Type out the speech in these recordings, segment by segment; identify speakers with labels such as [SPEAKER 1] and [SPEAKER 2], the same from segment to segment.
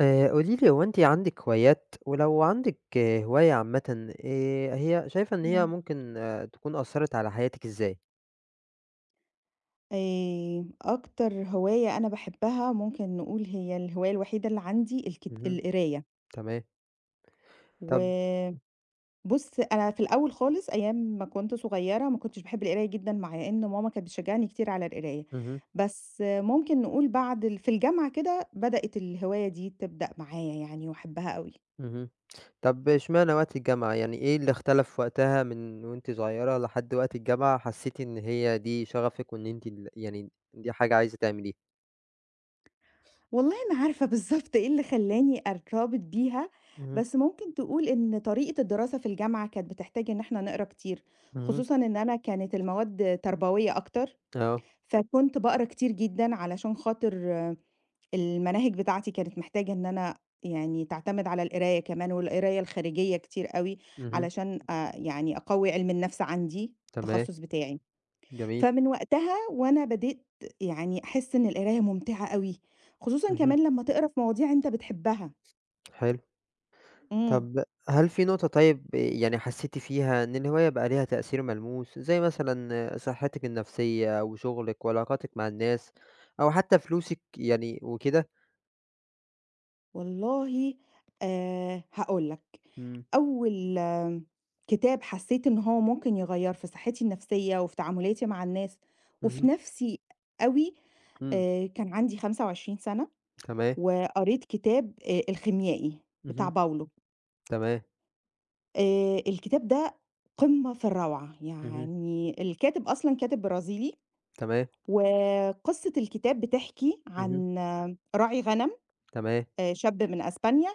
[SPEAKER 1] قولي لي هو أنتِ عندِك هوايات؟ ولو عندِك هواية عامةً هي شايفة إن هي
[SPEAKER 2] إمم.
[SPEAKER 1] ممكن تكون أثّرت على حياتِك إزاي؟
[SPEAKER 2] أكتر هواية أنا باحبها ممكن نقول هي الهواية الوحيدة اللي عندي
[SPEAKER 1] اهم،
[SPEAKER 2] القراية،
[SPEAKER 1] تمام. طب.
[SPEAKER 2] وبُص أنا في الأول خالص أيام ما كنت صغيرة ما كنتش باحب القراية جدًا مع إن ماما كانت بتشجعني كتير على القراية،
[SPEAKER 1] اهم،
[SPEAKER 2] بس ممكن نقول بعد ال في الجامعة كده بدأت الهواية دي تبدأ معايا يعني واحبها أوي.
[SPEAKER 1] اهم. طب اشمعنى وقت الجامعة؟ يعني إيه اللي اختلف وقتها من وأنتِ صغيرة لحد وقت الجامعة حسّيتِ إن هي دي شغفِك وإن أنتِ يعني دي حاجة عايزة تعمليها؟
[SPEAKER 2] والله أنا عارفة بالضبط إيه اللي خلّاني أرتبط بيها،
[SPEAKER 1] اهم،
[SPEAKER 2] بس ممكن تقول إن طريقة الدراسة في الجامعة كانت بتحتاج إن إحنا نقرا كتير،
[SPEAKER 1] اهم.
[SPEAKER 2] خصوصًا إن أنا كانت المواد تربوية أكتر،
[SPEAKER 1] آه،
[SPEAKER 2] فكنت باقرا كتير جدًا علشان خاطر المناهج بتاعتي كانت محتاجة إن أنا يعني تعتمد على القراية كمان، والقراية الخارجية كتير أوي
[SPEAKER 1] اهم،
[SPEAKER 2] علشان يعني أقوي علم النفس عندي،
[SPEAKER 1] تمام،
[SPEAKER 2] التخصص بتاعي.
[SPEAKER 1] جميل،
[SPEAKER 2] فمن وقتها وأنا بدأت يعني أحس إن القراية ممتعة أوي، خصوصًا
[SPEAKER 1] اهم،
[SPEAKER 2] كمان لمّا تقرا في مواضيع أنت بتحبها.
[SPEAKER 1] حلو.
[SPEAKER 2] إمم.
[SPEAKER 1] طب هل في نقطة طيب يعني حسيتِ فيها إن الهواية بقى ليها تأثير ملموس، زي مثلًا صحتِك النفسية أو شغلِك وعلاقاتِك مع الناس أو حتى فلوسِك يعني وكده؟
[SPEAKER 2] والله هاقول لك،
[SPEAKER 1] إمم،
[SPEAKER 2] أول كتاب حسيت إن هو ممكن يغيّر في صحتي النفسية وفي تعاملاتي مع الناس وفي
[SPEAKER 1] اهم،
[SPEAKER 2] نَفْسي أوي،
[SPEAKER 1] إمم،
[SPEAKER 2] كان عندي 25 سَنة
[SPEAKER 1] تمام،
[SPEAKER 2] وقريت كتاب الخيميائي بتاع
[SPEAKER 1] اهم،
[SPEAKER 2] باولو.
[SPEAKER 1] تمام،
[SPEAKER 2] الكتاب ده قمة في الروعة،
[SPEAKER 1] اهم،
[SPEAKER 2] يعني الكاتب أصلًا كاتب برازيلي
[SPEAKER 1] تمام،
[SPEAKER 2] وقصة الكتاب بتحكي
[SPEAKER 1] اهم،
[SPEAKER 2] عن راعي غنم
[SPEAKER 1] تمام،
[SPEAKER 2] شاب من أسبانيا،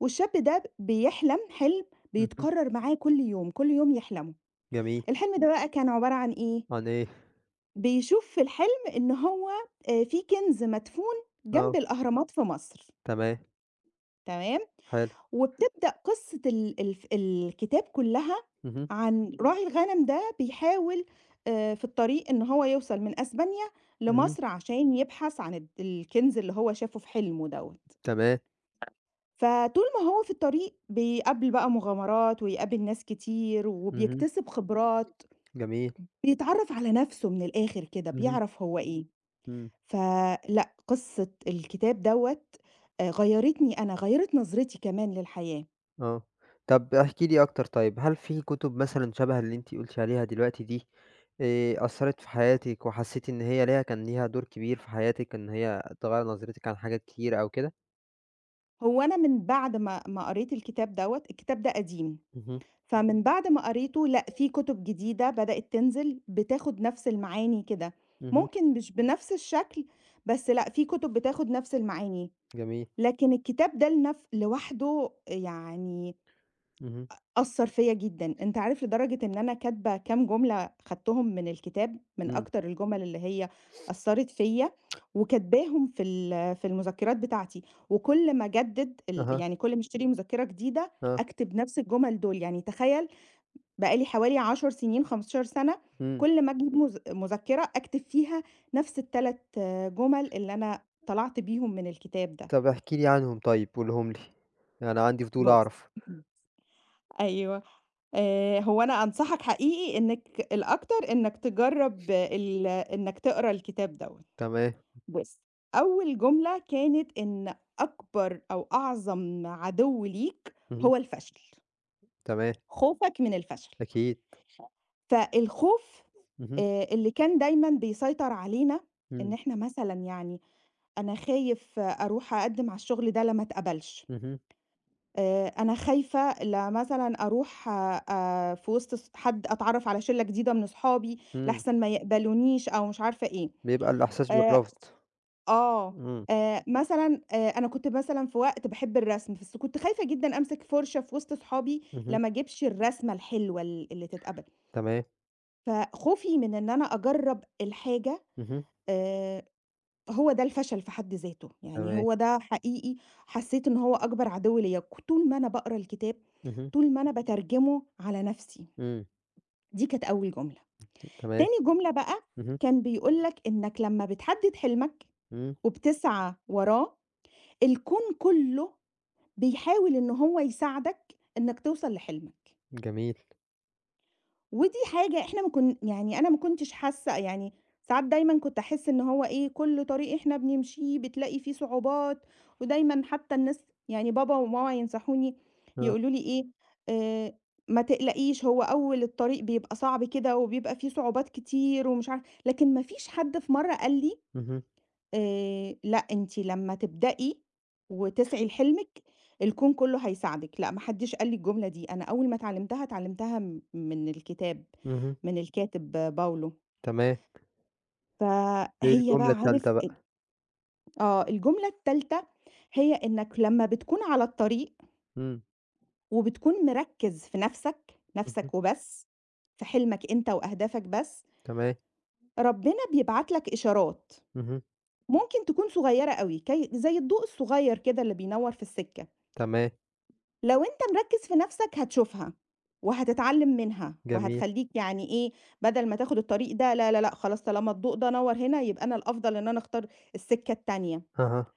[SPEAKER 2] والشاب ده بيحلم حلم
[SPEAKER 1] اهم،
[SPEAKER 2] بيتكرر معاه كل يوم، كل يوم يحلمه.
[SPEAKER 1] جميل،
[SPEAKER 2] الحلم ده بقى كان عبارة عن إيه،
[SPEAKER 1] عن إيه؟
[SPEAKER 2] بيشوف في الحلم إن هو في كنز مدفون
[SPEAKER 1] آه،
[SPEAKER 2] جنب الأهرامات في مصر،
[SPEAKER 1] تمام،
[SPEAKER 2] تمام؟
[SPEAKER 1] حلو،
[SPEAKER 2] وبتبدأ قصة ال الف الكتاب كلّها
[SPEAKER 1] اهم،
[SPEAKER 2] عن راعي الغنم ده بيحاول في الطريق إن هو يوصل من أسبانيا
[SPEAKER 1] اهم،
[SPEAKER 2] لمصر عشان يبحث عن الكنز اللي هو شافه في حلمه دوّة.
[SPEAKER 1] تمام،
[SPEAKER 2] فطول ما هو في الطريق بيقابل بقى مغامرات ويقابل ناس كتير
[SPEAKER 1] اهم،
[SPEAKER 2] وبيكتسب خبرات،
[SPEAKER 1] جميل،
[SPEAKER 2] بيتعرّف على نَفْسه من الآخِر كده،
[SPEAKER 1] اهم،
[SPEAKER 2] بيعرف هو إيه.
[SPEAKER 1] إمم.
[SPEAKER 2] فلأ، قصة الكتاب دوّة غيّرتني أنا، غيّرت نظرتي كمان للحياة.
[SPEAKER 1] آه. طب احكِ لي أكتر طيب، هل في كُتب مثلًا شَبه اللي أنتِ قُلتِ عليها دلوقتي دي، أثّرت في حياتِك وحسّيتِ إن هي كان ليها دور كبير في حياتِك، إن هي تغيّر نظرتِك عن حاجات كتيرة أو كده؟
[SPEAKER 2] هو أنا من بعد ما قريت الكتاب دوّة، الكتاب ده قديم،
[SPEAKER 1] اهم،
[SPEAKER 2] فمن بعد ما قريته لأ، في كُتب جديدة بدأت تنزل بتاخد نفس المعاني كده،
[SPEAKER 1] اهم،
[SPEAKER 2] ممكن مش بنفس الشكل، بس لأ، في كُتب بتاخد نفس المعاني،
[SPEAKER 1] جميل،
[SPEAKER 2] لكن الكتاب ده لوحده يعني
[SPEAKER 1] اهم،
[SPEAKER 2] أثّر فيّا جدًا، أنت عارف لدرجة إن أنا كاتبة كام جملة خدتهم من الكتاب، من
[SPEAKER 1] إمم،
[SPEAKER 2] أكتر الجمل اللي هي أثّرت فيّا، وكاتباهم في المذكرات بتاعتي، وكل ما أجدد
[SPEAKER 1] أها،
[SPEAKER 2] يعني كل ما أشتري مذكرة جديدة
[SPEAKER 1] آه،
[SPEAKER 2] أكتب نفس الجمل دول، يعني تخيّل بقى لي حوالي 10 سنين، 15 سنة،
[SPEAKER 1] إمم.
[SPEAKER 2] كل ما أجيب مذكرة أكتب فيها نفس ال3 جمل اللي أنا طلعت بيهم من الكتاب ده،
[SPEAKER 1] طب احكِ لي عنهم طيب، قولهم لي، أنا عندي فضول
[SPEAKER 2] بُص
[SPEAKER 1] أعرف.
[SPEAKER 2] أيوه. هو أنا أنصحك حقيقي إنِّك الأكتر إنّك تجرّب ال إنّك تقرا الكتاب دوّة.
[SPEAKER 1] تمام،
[SPEAKER 2] بُص، أول جملة كانت إن أكبر أو أعظم عدو ليك
[SPEAKER 1] اهم،
[SPEAKER 2] هو الفشل،
[SPEAKER 1] تمام،
[SPEAKER 2] خوفك من الفشل.
[SPEAKER 1] أكيد،
[SPEAKER 2] فالخوف
[SPEAKER 1] اهم،
[SPEAKER 2] اللي كان دايمًا بيسيطر علينا إن
[SPEAKER 1] إمم،
[SPEAKER 2] إحنا مثلًا يعني أنا خايف أروح أقدّم على الشغل ده لا ما اتقبلش.
[SPEAKER 1] اهم،
[SPEAKER 2] أنا خايفة لا مثلًا أروح في وسط حد أتعرّف على شِلّة جديدة من أصحابي
[SPEAKER 1] إمم،
[SPEAKER 2] لأحسن ما يقبلونيش أو مش عارفة إيه.
[SPEAKER 1] بيبقى الإحساس
[SPEAKER 2] آآ
[SPEAKER 1] بالرفض،
[SPEAKER 2] آه.
[SPEAKER 1] إمم،
[SPEAKER 2] مثلًا أنا كنت مثلًا في وقت باحب الرسم، بس كنت خايفة جدًا أمسك فُرشة في وسط صحابي لا
[SPEAKER 1] اهم،
[SPEAKER 2] ما أجيبش الرسمة الحلوة اللي تتقبل.
[SPEAKER 1] تمام،
[SPEAKER 2] فخوفي من إن أنا أجرّب الحاجة
[SPEAKER 1] اهم،
[SPEAKER 2] آآ هو ده الفشل في حد ذاته، يعني
[SPEAKER 1] تمام،
[SPEAKER 2] هو ده حقيقي حسّيت إن هو أكبر عدو ليّا، طول ما أنا باقرا الكتاب،
[SPEAKER 1] اهم.
[SPEAKER 2] طول ما أنا باترجمه على نَفْسي،
[SPEAKER 1] إمم،
[SPEAKER 2] دي كانت أول جملة.
[SPEAKER 1] تمام،
[SPEAKER 2] تاني جملة بقى
[SPEAKER 1] اهم،
[SPEAKER 2] كان بيقول لك إنّك لمّا بتحدد حلمك
[SPEAKER 1] إمم،
[SPEAKER 2] وبتسعى وراه، الكون كُلّه بيحاول إن هو يساعدك إنّك توصل لحلمك.
[SPEAKER 1] جميل،
[SPEAKER 2] ودي حاجة إحنا ما كن يعني أنا ما كنتش حاسة يعني ساعات دايمًا كنت أحس إن هو إيه، كل طريق إحنا بنمشيه بتلاقي فيه صعوبات، ودايمًا حتى الناس يعني بابا وماما ينصحوني
[SPEAKER 1] آه،
[SPEAKER 2] يقولوا لي إيه، آآ ما تقلقيش هو أول الطريق بيبقى صعب كده وبيبقى فيه صعوبات كتير ومش عارفة لكن ما فيش حد في مرّة قال لي
[SPEAKER 1] اهم،
[SPEAKER 2] لأ، أنتِ لمّا تبدئي وتسعي لحلمِك، الكون كله هيساعدِك، لأ ما حدش قال لي الجملة دي، أنا أول ما اتعلمتها، اتعلمتها من الكتاب،
[SPEAKER 1] اهم،
[SPEAKER 2] من الكاتب باولو.
[SPEAKER 1] تمام، إيه
[SPEAKER 2] فهي بقى
[SPEAKER 1] الجملة
[SPEAKER 2] عارف
[SPEAKER 1] التالتة بقى؟
[SPEAKER 2] الجملة التالتة هي إنك لمّا بتكون على الطريق
[SPEAKER 1] إمم،
[SPEAKER 2] وبتكون مركّز في نَفْسك،
[SPEAKER 1] اهم،
[SPEAKER 2] نَفْسك وبس، في حلمك أنت وأهدافك بس،
[SPEAKER 1] تمام،
[SPEAKER 2] ربنا بيبعت لك إشارات،
[SPEAKER 1] اهم،
[SPEAKER 2] ممكن تكون صغيّرة أوي، زي الضوء الصغير كده اللي بينوّر في السكة.
[SPEAKER 1] تمام،
[SPEAKER 2] لو أنت مركّز في نَفْسك هتشوفها، وهتتعلّم منها،
[SPEAKER 1] جميل،
[SPEAKER 2] وهتخلّيك يعني إيه، بدل ما تاخُد الطريق ده لا، لا، لأ، خلاص طالما الضوء ده نوّر هنا يبقى أنا الأفضل إن أنا أختار السكة التانية.
[SPEAKER 1] أها،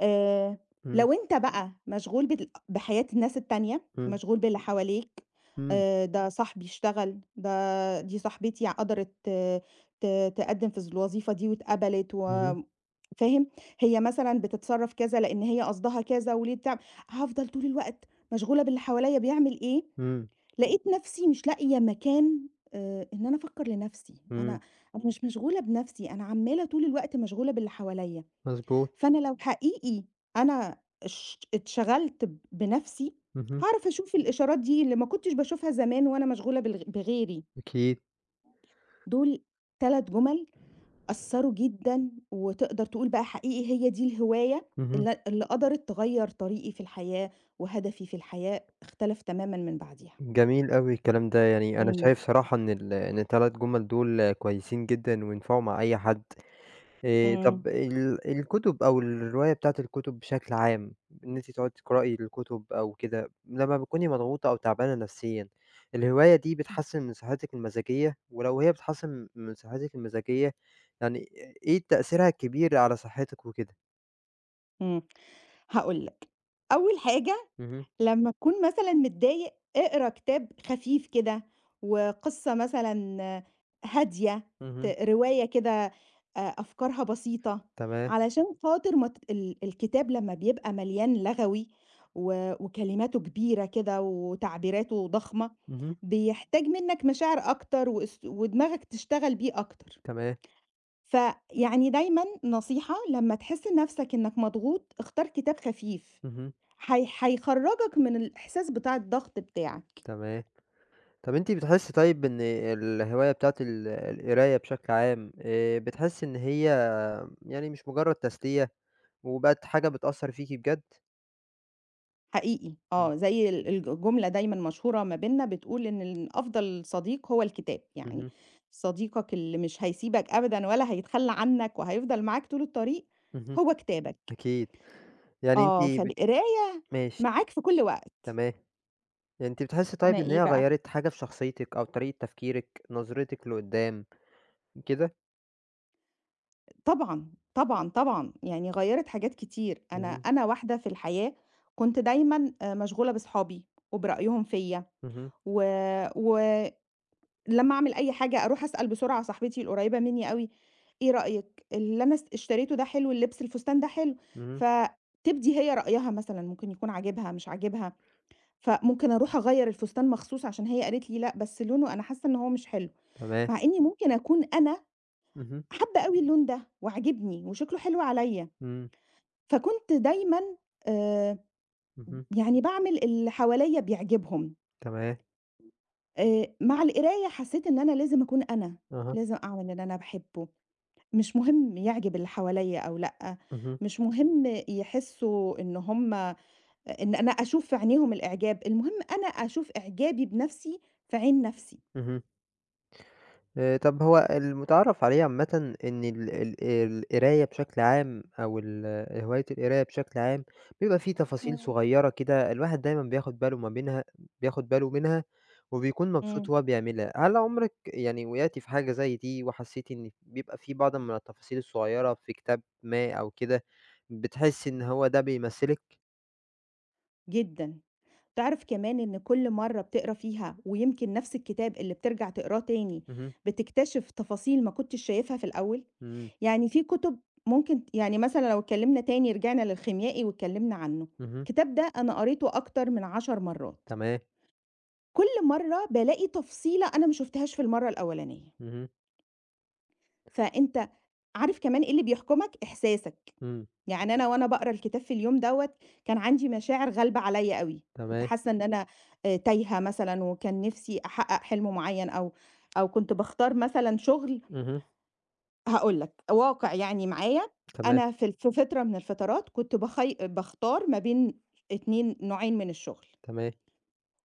[SPEAKER 2] آآ،
[SPEAKER 1] إمم،
[SPEAKER 2] لو أنت بقى مشغول بحياة الناس التانية،
[SPEAKER 1] إمم،
[SPEAKER 2] مشغول باللي حواليك،
[SPEAKER 1] إمم،
[SPEAKER 2] ده صاحبي اشتغل، ده دي صاحبتي قدرت تقدّم في ز الوظيفة دي واتقبلت
[SPEAKER 1] اهم،
[SPEAKER 2] فاهم؟ هي مثلًا بتتصرّف كذا لإن هي قصدها كذا وليه بتع هافضل طول الوقت مشغولة باللي حواليّا بيعمل إيه،
[SPEAKER 1] إمم،
[SPEAKER 2] لقيت نفسي مش لاقية مكان إن أنا أفكّر لنفسي،
[SPEAKER 1] إمم،
[SPEAKER 2] أنا مش مشغولة بنفسي، أنا عمّالة طول الوقت مشغولة باللي حواليّا.
[SPEAKER 1] مضبوط،
[SPEAKER 2] فأنا لو حقيقي أنا اتشغلت بنَفْسي،
[SPEAKER 1] اهم،
[SPEAKER 2] هاعرف أشوف الإشارات دي اللي ما كنتش باشوفها زمان وأنا مشغولة بغيري.
[SPEAKER 1] أكيد،
[SPEAKER 2] دول 3 جُمل أثّروا جدًا وتقدر تقول بقى حقيقي هي دي الهواية
[SPEAKER 1] اهم،
[SPEAKER 2] اللي قدرت تغيّر طريقي في الحياة وهدفي في الحياة اختلف تمامًا من بعديها.
[SPEAKER 1] جميل أوي الكلام ده، يعني أنا
[SPEAKER 2] إمم.
[SPEAKER 1] شايف صراحة إن ال3 جُمل دول كويسين جدًا وينفعوا مع أي حد.
[SPEAKER 2] إمم.
[SPEAKER 1] طب الكتب أو الرواية بتاعة الكتب بشكل عام، إن أنتِ تقعدي تقرأي الكتب أو كده، لمّا بتكوني مضغوطة أو تعبانة نفسيًا، الهواية دي بتحسّن من صحتِك المزاجية؟ ولو هي بتحسّن من صحتِك المزاجية، يعني إيه تأثيرها الكبير على صحتِك وكده؟
[SPEAKER 2] إمم. هاقول لك، أول حاجة
[SPEAKER 1] اهم،
[SPEAKER 2] لمّا تكون مثلًا متضايق، اقرا كتاب خفيف كده، وقصة مثلًا هادية،
[SPEAKER 1] اهم،
[SPEAKER 2] رواية كده أفكارها بسيطة،
[SPEAKER 1] تمام،
[SPEAKER 2] علشان خاطر ما ت ال الكتاب لمّا بيبقى مليان لغوي وكلماته كبيرة كده وتعبيراته ضخمة،
[SPEAKER 1] اهم،
[SPEAKER 2] بيحتاج منّك مشاعر أكتر ودماغك تشتغل بيه أكتر.
[SPEAKER 1] تمام،
[SPEAKER 2] فيعني دايمًا نصيحة لمّا تحس نَفْسك إنّك مضغوط، اختار كتاب خفيف.
[SPEAKER 1] اهم،
[SPEAKER 2] هي هيخرّجك من الإحساس بتاع الضغط بتاعك،
[SPEAKER 1] تمام. طب أنتِ بتحسّي طيب إن الهواية بتاعة القراية بشكل عام بتحسّي إن هي يعني مش مجرد تسلية وبقت حاجة بتأثّر فيكِ بجد؟
[SPEAKER 2] حقيقي،
[SPEAKER 1] إمم.
[SPEAKER 2] آه، زي ال الج الجملة دايمًا مشهورة ما بيننا بتقول إن ال أفضل صديق هو الكتاب، يعني
[SPEAKER 1] اهم،
[SPEAKER 2] صديقك اللي مش هيسيبك أبدًا ولا هيتخلّى عنك وهيفضل معاك طول الطريق
[SPEAKER 1] اهم،
[SPEAKER 2] هو كتابك،
[SPEAKER 1] أكيد. يعني أنتِ
[SPEAKER 2] آه،
[SPEAKER 1] بت
[SPEAKER 2] فالقراية
[SPEAKER 1] ماشي،
[SPEAKER 2] معاك في كل وقت،
[SPEAKER 1] تمام. يعني أنتِ بتحسّي
[SPEAKER 2] أنا
[SPEAKER 1] طيب إن
[SPEAKER 2] إيه
[SPEAKER 1] هي
[SPEAKER 2] بقى
[SPEAKER 1] غيّرت حاجة في شخصيتِك أو طريقة تفكيرِك، نظرتِك لقدّام كده؟
[SPEAKER 2] طبعًا، طبعًا، طبعًا، يعني غيّرِت حاجات كتير، أنا
[SPEAKER 1] اهم،
[SPEAKER 2] أنا واحدة في الحياة كنت دايمًا مشغولة باصحابي وبرأيهم فيّا
[SPEAKER 1] اهم،
[SPEAKER 2] و و لمّا أعمل أي حاجة أروح أسأل بسرعة صاحبتي القريبة منّي أوي، إيه رأيِك؟ اللي أنا اشتريته ده حلو، الفستان ده حلو،
[SPEAKER 1] اهم،
[SPEAKER 2] فتبدي هي رأيها مثلًا، ممكن يكون عاجبها مش عاجبها، فممكن أروح أغيّر الفستان مخصوص عشان هي قالت لي لأ، بس لونه أنا حاسة إن هو مش حلو،
[SPEAKER 1] تمام.
[SPEAKER 2] مع إني ممكن أكون أنا
[SPEAKER 1] اهم،
[SPEAKER 2] حابة أوي اللون ده وعاجبني وشكله حلو عليَّ،
[SPEAKER 1] إمم،
[SPEAKER 2] فكنت دايمًا آآ،
[SPEAKER 1] اهم،
[SPEAKER 2] يعني باعمل اللي حواليّا بيعجبهم،
[SPEAKER 1] تمام.
[SPEAKER 2] مع القراية حسيت إن أنا لازم أكون أنا،
[SPEAKER 1] أها،
[SPEAKER 2] لازم أعمل اللي أنا باحبه. مش مهم يعجب اللي حواليّا أو لأ،
[SPEAKER 1] اهم،
[SPEAKER 2] مش مهم يحسّوا إن إن أنا أشوف في عينيهم الإعجاب، المهم أنا أشوف إعجابي بنَفْسي في عين نَفْسي.
[SPEAKER 1] اهم. طب هو المُتعارف عليه عامةً إن ال القراية بشكل عام أو هواية القراية بشكل عام، بيبقى في تفاصيل
[SPEAKER 2] إمم.
[SPEAKER 1] صغيّرة كده الواحد دايمًا بياخد باله ما بينها بياخد باله منها وبيكون مبسوط
[SPEAKER 2] إمم،
[SPEAKER 1] وهو بيعملها. هل عُمرِك يعني وقعتِ في حاجة زي دي وحسّيتِ إن بيبقى في بعض من التفاصيل الصغيّرة في كتاب ما أو كده، بتحسّي إن هو ده بيمثّلِك؟
[SPEAKER 2] جدًا. تعرف كمان إن كل مرّة بتقرا فيها ويمكن نَفْس الكتاب اللي بترجع تقراه تاني،
[SPEAKER 1] اهم،
[SPEAKER 2] بتكتشف تفاصيل ما كنتش شايفها في الأول؟
[SPEAKER 1] إمم،
[SPEAKER 2] يعني في كُتب ممكن يعني مثلًا لو اتكلّمنا تاني رجعنا للخيميائي واتكلّمنا عنه،
[SPEAKER 1] اهم،
[SPEAKER 2] الكتاب ده أنا قريته أكتر من 10 مرّات.
[SPEAKER 1] تمام،
[SPEAKER 2] كل مرّة بالاقي تفصيلة أنا ما شُفتهاش في المرّة الأولانية،
[SPEAKER 1] اهم،
[SPEAKER 2] فأنت عارف كمان إيه اللي بيحكمك؟ إحساسك،
[SPEAKER 1] إمم،
[SPEAKER 2] يعني أنا وأنا باقرا الكتاب في اليوم دوّة كان عندي مشاعر غالبة عليَّ أوي، كنت
[SPEAKER 1] تمام،
[SPEAKER 2] حاسة إن أنا تايهة مثلًا وكان نِفْسي أحقق حلم معيّن أو كنت باختار مثلًا شغل
[SPEAKER 1] اهم،
[SPEAKER 2] هاقول لك واقع يعني معايا،
[SPEAKER 1] تمام،
[SPEAKER 2] أنا في فترة من الفترات كنت باختار ما بين 2 نوعين من الشغل.
[SPEAKER 1] تمام،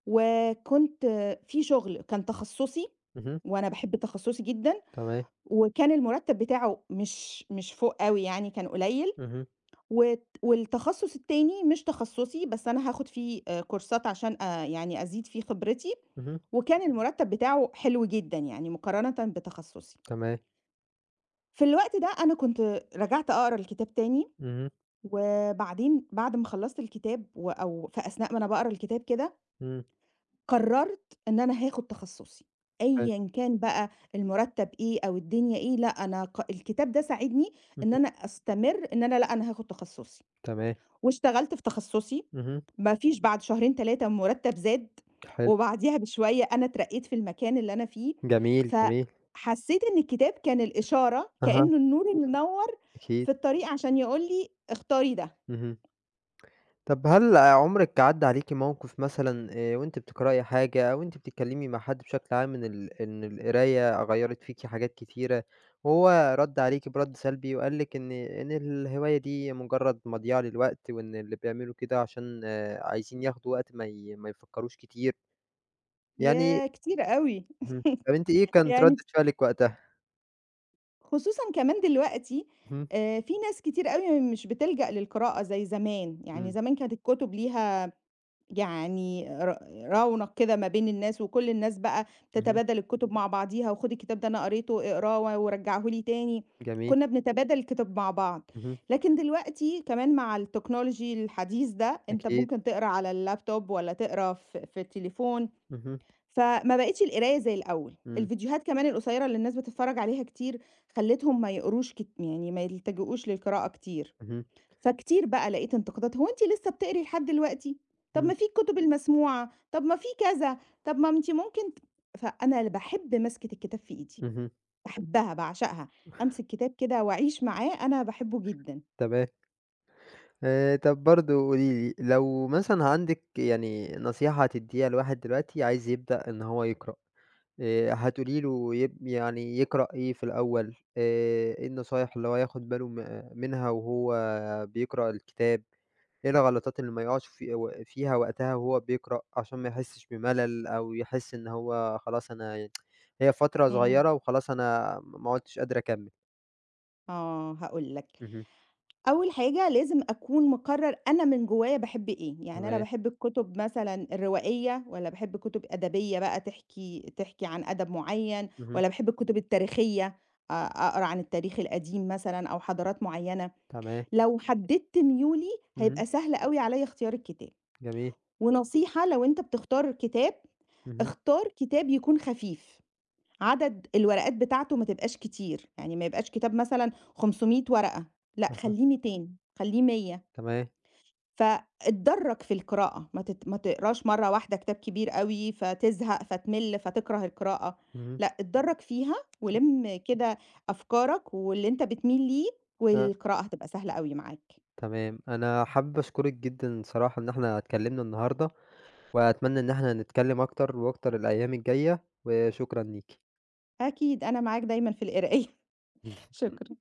[SPEAKER 2] وكنت في شغل كان تخصُّصي،
[SPEAKER 1] اهم،
[SPEAKER 2] وأنا باحب تخصُّصي جدًا،
[SPEAKER 1] تمام.
[SPEAKER 2] وكان المُرتّب بتاعه مش فوق أوي يعني كان قليّل،
[SPEAKER 1] اهم،
[SPEAKER 2] والتخصُّص التاني مش تخصُّصي، بس أنا هاخُد فيه كورسات عشان يعني أزيد فيه خبرتي،
[SPEAKER 1] اهم،
[SPEAKER 2] وكان المُرتّب بتاعه حلو جدًا يعني مقارنةً بتخصُّصي.
[SPEAKER 1] تمام،
[SPEAKER 2] في الوقت ده أنا كنت رجعت أقرا الكتاب تاني،
[SPEAKER 1] اهم،
[SPEAKER 2] وبعدين بعد ما خلّصت الكتاب أو في أثناء ما أنا باقرا الكتاب كده
[SPEAKER 1] إمم،
[SPEAKER 2] قررت إن أنا هاخد تخصصي،
[SPEAKER 1] حلو،
[SPEAKER 2] أيًا كان بقى المرتب إيه أو الدنيا إيه، لأ أنا الكتاب ده ساعدني إن
[SPEAKER 1] اهم،
[SPEAKER 2] أنا أستمر إن أنا لأ أنا هاخد تخصصي،
[SPEAKER 1] تمام،
[SPEAKER 2] واشتغلت في تخصصي،
[SPEAKER 1] اهم،
[SPEAKER 2] ما فيش بعد شهرين 3 المرتب زاد،
[SPEAKER 1] حلو،
[SPEAKER 2] وبعديها بشوية أنا اترقيت في المكان اللي أنا فيه،
[SPEAKER 1] جميل، جميل،
[SPEAKER 2] فحسيت إن الكتاب كان الإشارة
[SPEAKER 1] أها،
[SPEAKER 2] كأنه النور اللي نوّر
[SPEAKER 1] أكيد،
[SPEAKER 2] في الطريق عشان يقول لي اختاري ده،
[SPEAKER 1] اهم، طب هل عمرِك عدّى عليكِ موقف مثلًا وأنتِ بتقرأي حاجة أو أنتِ بتتكلمي مع حد بشكل عام إن القراية غيّرت فيكِ حاجات كتيرة، وهو رَد عليكِ برَد سلبي وقال لِك إن الهواية دي مجرد مضيَعة للوقت، وإن اللي بيعملوا كده عشان عايزين ياخدوا وقت ما يفكروش كتير، يعني
[SPEAKER 2] ياه كتير أوي
[SPEAKER 1] اهم، طب أنتِ إيه كانت ردة
[SPEAKER 2] يعني
[SPEAKER 1] فعلِك وقتها؟
[SPEAKER 2] خصوصًا كمان دلوقتي
[SPEAKER 1] اهم،
[SPEAKER 2] في ناس كتير أوي مش بتلجأ للقراءة زي زمان، يعني
[SPEAKER 1] إمم،
[SPEAKER 2] زمان كانت الكتب ليها يعني رونق كده ما بين الناس، وكل الناس بقى
[SPEAKER 1] اهم،
[SPEAKER 2] تتبادل الكتب مع بعضيها، وخُد الكتاب ده أنا قريته اقراه ورجّعه لي تاني،
[SPEAKER 1] جميل،
[SPEAKER 2] كنا بنتبادل الكتب مع بعض.
[SPEAKER 1] اهم،
[SPEAKER 2] لكن دلوقتي كمان مع التكنولوجي الحديث ده، أنت
[SPEAKER 1] أكيد،
[SPEAKER 2] ممكن تقرا على اللابتوب والّا تقرا في التليفون.
[SPEAKER 1] اهم،
[SPEAKER 2] فما بقِتش القراية زي الأول،
[SPEAKER 1] إمم،
[SPEAKER 2] الفيديوهات كمان القصيّرة اللي الناس بتتفرّج عليها كتير، خلّتهم ما يقروش يعني ما يلتجئوش للقراءة كتير،
[SPEAKER 1] اهم،
[SPEAKER 2] فكتير بقى لقيت انتقادات "هو أنتِ لسه بتقري لحد دلوقتي؟ طَب
[SPEAKER 1] إمم،
[SPEAKER 2] ما في الكُتب المسموعة، طَب ما في كذا، طَب ما أنتِ ممكن ت" فأنا اللي باحب مَسكة الكتاب في إيدي،
[SPEAKER 1] اهم،
[SPEAKER 2] باحبها، باعشقها، أمسك كتاب كده وأعيش معاه، أنا باحبه جدًا.
[SPEAKER 1] تمام، طب برضه قولي لي لو مثلًا عندِك يعني نصيحة هتدّيها لواحد دلوقتي عايز يبدأ إن هو يقرأ، هتقولي له يعني يقرأ إيه في الأول، إيه النصايح اللي هو ياخد باله منها وهو بيقرأ الكتاب؟ إيه الغلطات اللي ما يقعش في و فيها وقتها وهو بيقرأ، عشان ما يحسّش بملل أو يحس إن هو خلاص أنا ي هي فترة
[SPEAKER 2] إمم.
[SPEAKER 1] صغيّرة وخلاص أنا ما عُدتش قادر أكمّل.
[SPEAKER 2] آه، هاقول لك.
[SPEAKER 1] اهم،
[SPEAKER 2] أول حاجة لازم أكون مقرر أنا من جوايا باحب إيه، يعني أنا
[SPEAKER 1] تمام،
[SPEAKER 2] باحب الكتب مثلًا الروائية والّا باحب كتب أدبية بقى تحكي عن أدب معين،
[SPEAKER 1] اهم،
[SPEAKER 2] والّا باحب الكتب التاريخية أقرا عن التاريخ القديم مثلًا أو حضارات معينة،
[SPEAKER 1] تمام،
[SPEAKER 2] لو حددت ميولي
[SPEAKER 1] اهم،
[SPEAKER 2] هيبقى سهل أوي عليَّ اختيار الكتاب،
[SPEAKER 1] جميل،
[SPEAKER 2] ونصيحة لو أنت بتختار كتاب،
[SPEAKER 1] اهم،
[SPEAKER 2] اختار كتاب يكون خفيف، عدد الورقات بتاعته ما تبقاش كتير، يعني ما يبقاش كتاب مثلًا 500 ورقة، لأ
[SPEAKER 1] أها،
[SPEAKER 2] خلّيه 200 خلّيه 100
[SPEAKER 1] تمام،
[SPEAKER 2] فاتدرج في القراءة، ما تقراش مرّة واحدة كتاب كبير أوي، فتزهق، فتمل، فتكره القراءة،
[SPEAKER 1] اهم،
[SPEAKER 2] لأ اتدرج فيها ولِم كده أفكارك واللي أنت بتميل ليه،
[SPEAKER 1] آه،
[SPEAKER 2] والقراءة هتبقى سهلة أوي معاك.
[SPEAKER 1] تمام. أنا حابب أشكرِك جدًا صراحة إن إحنا اتكلّمنا النهارده، وأتمنى إن إحنا نتكلّم أكتر وأكتر الأيام الجاية، وشكرًا ليكِ.
[SPEAKER 2] أكيد أنا معاك دايمًا في القراية. شكرًا.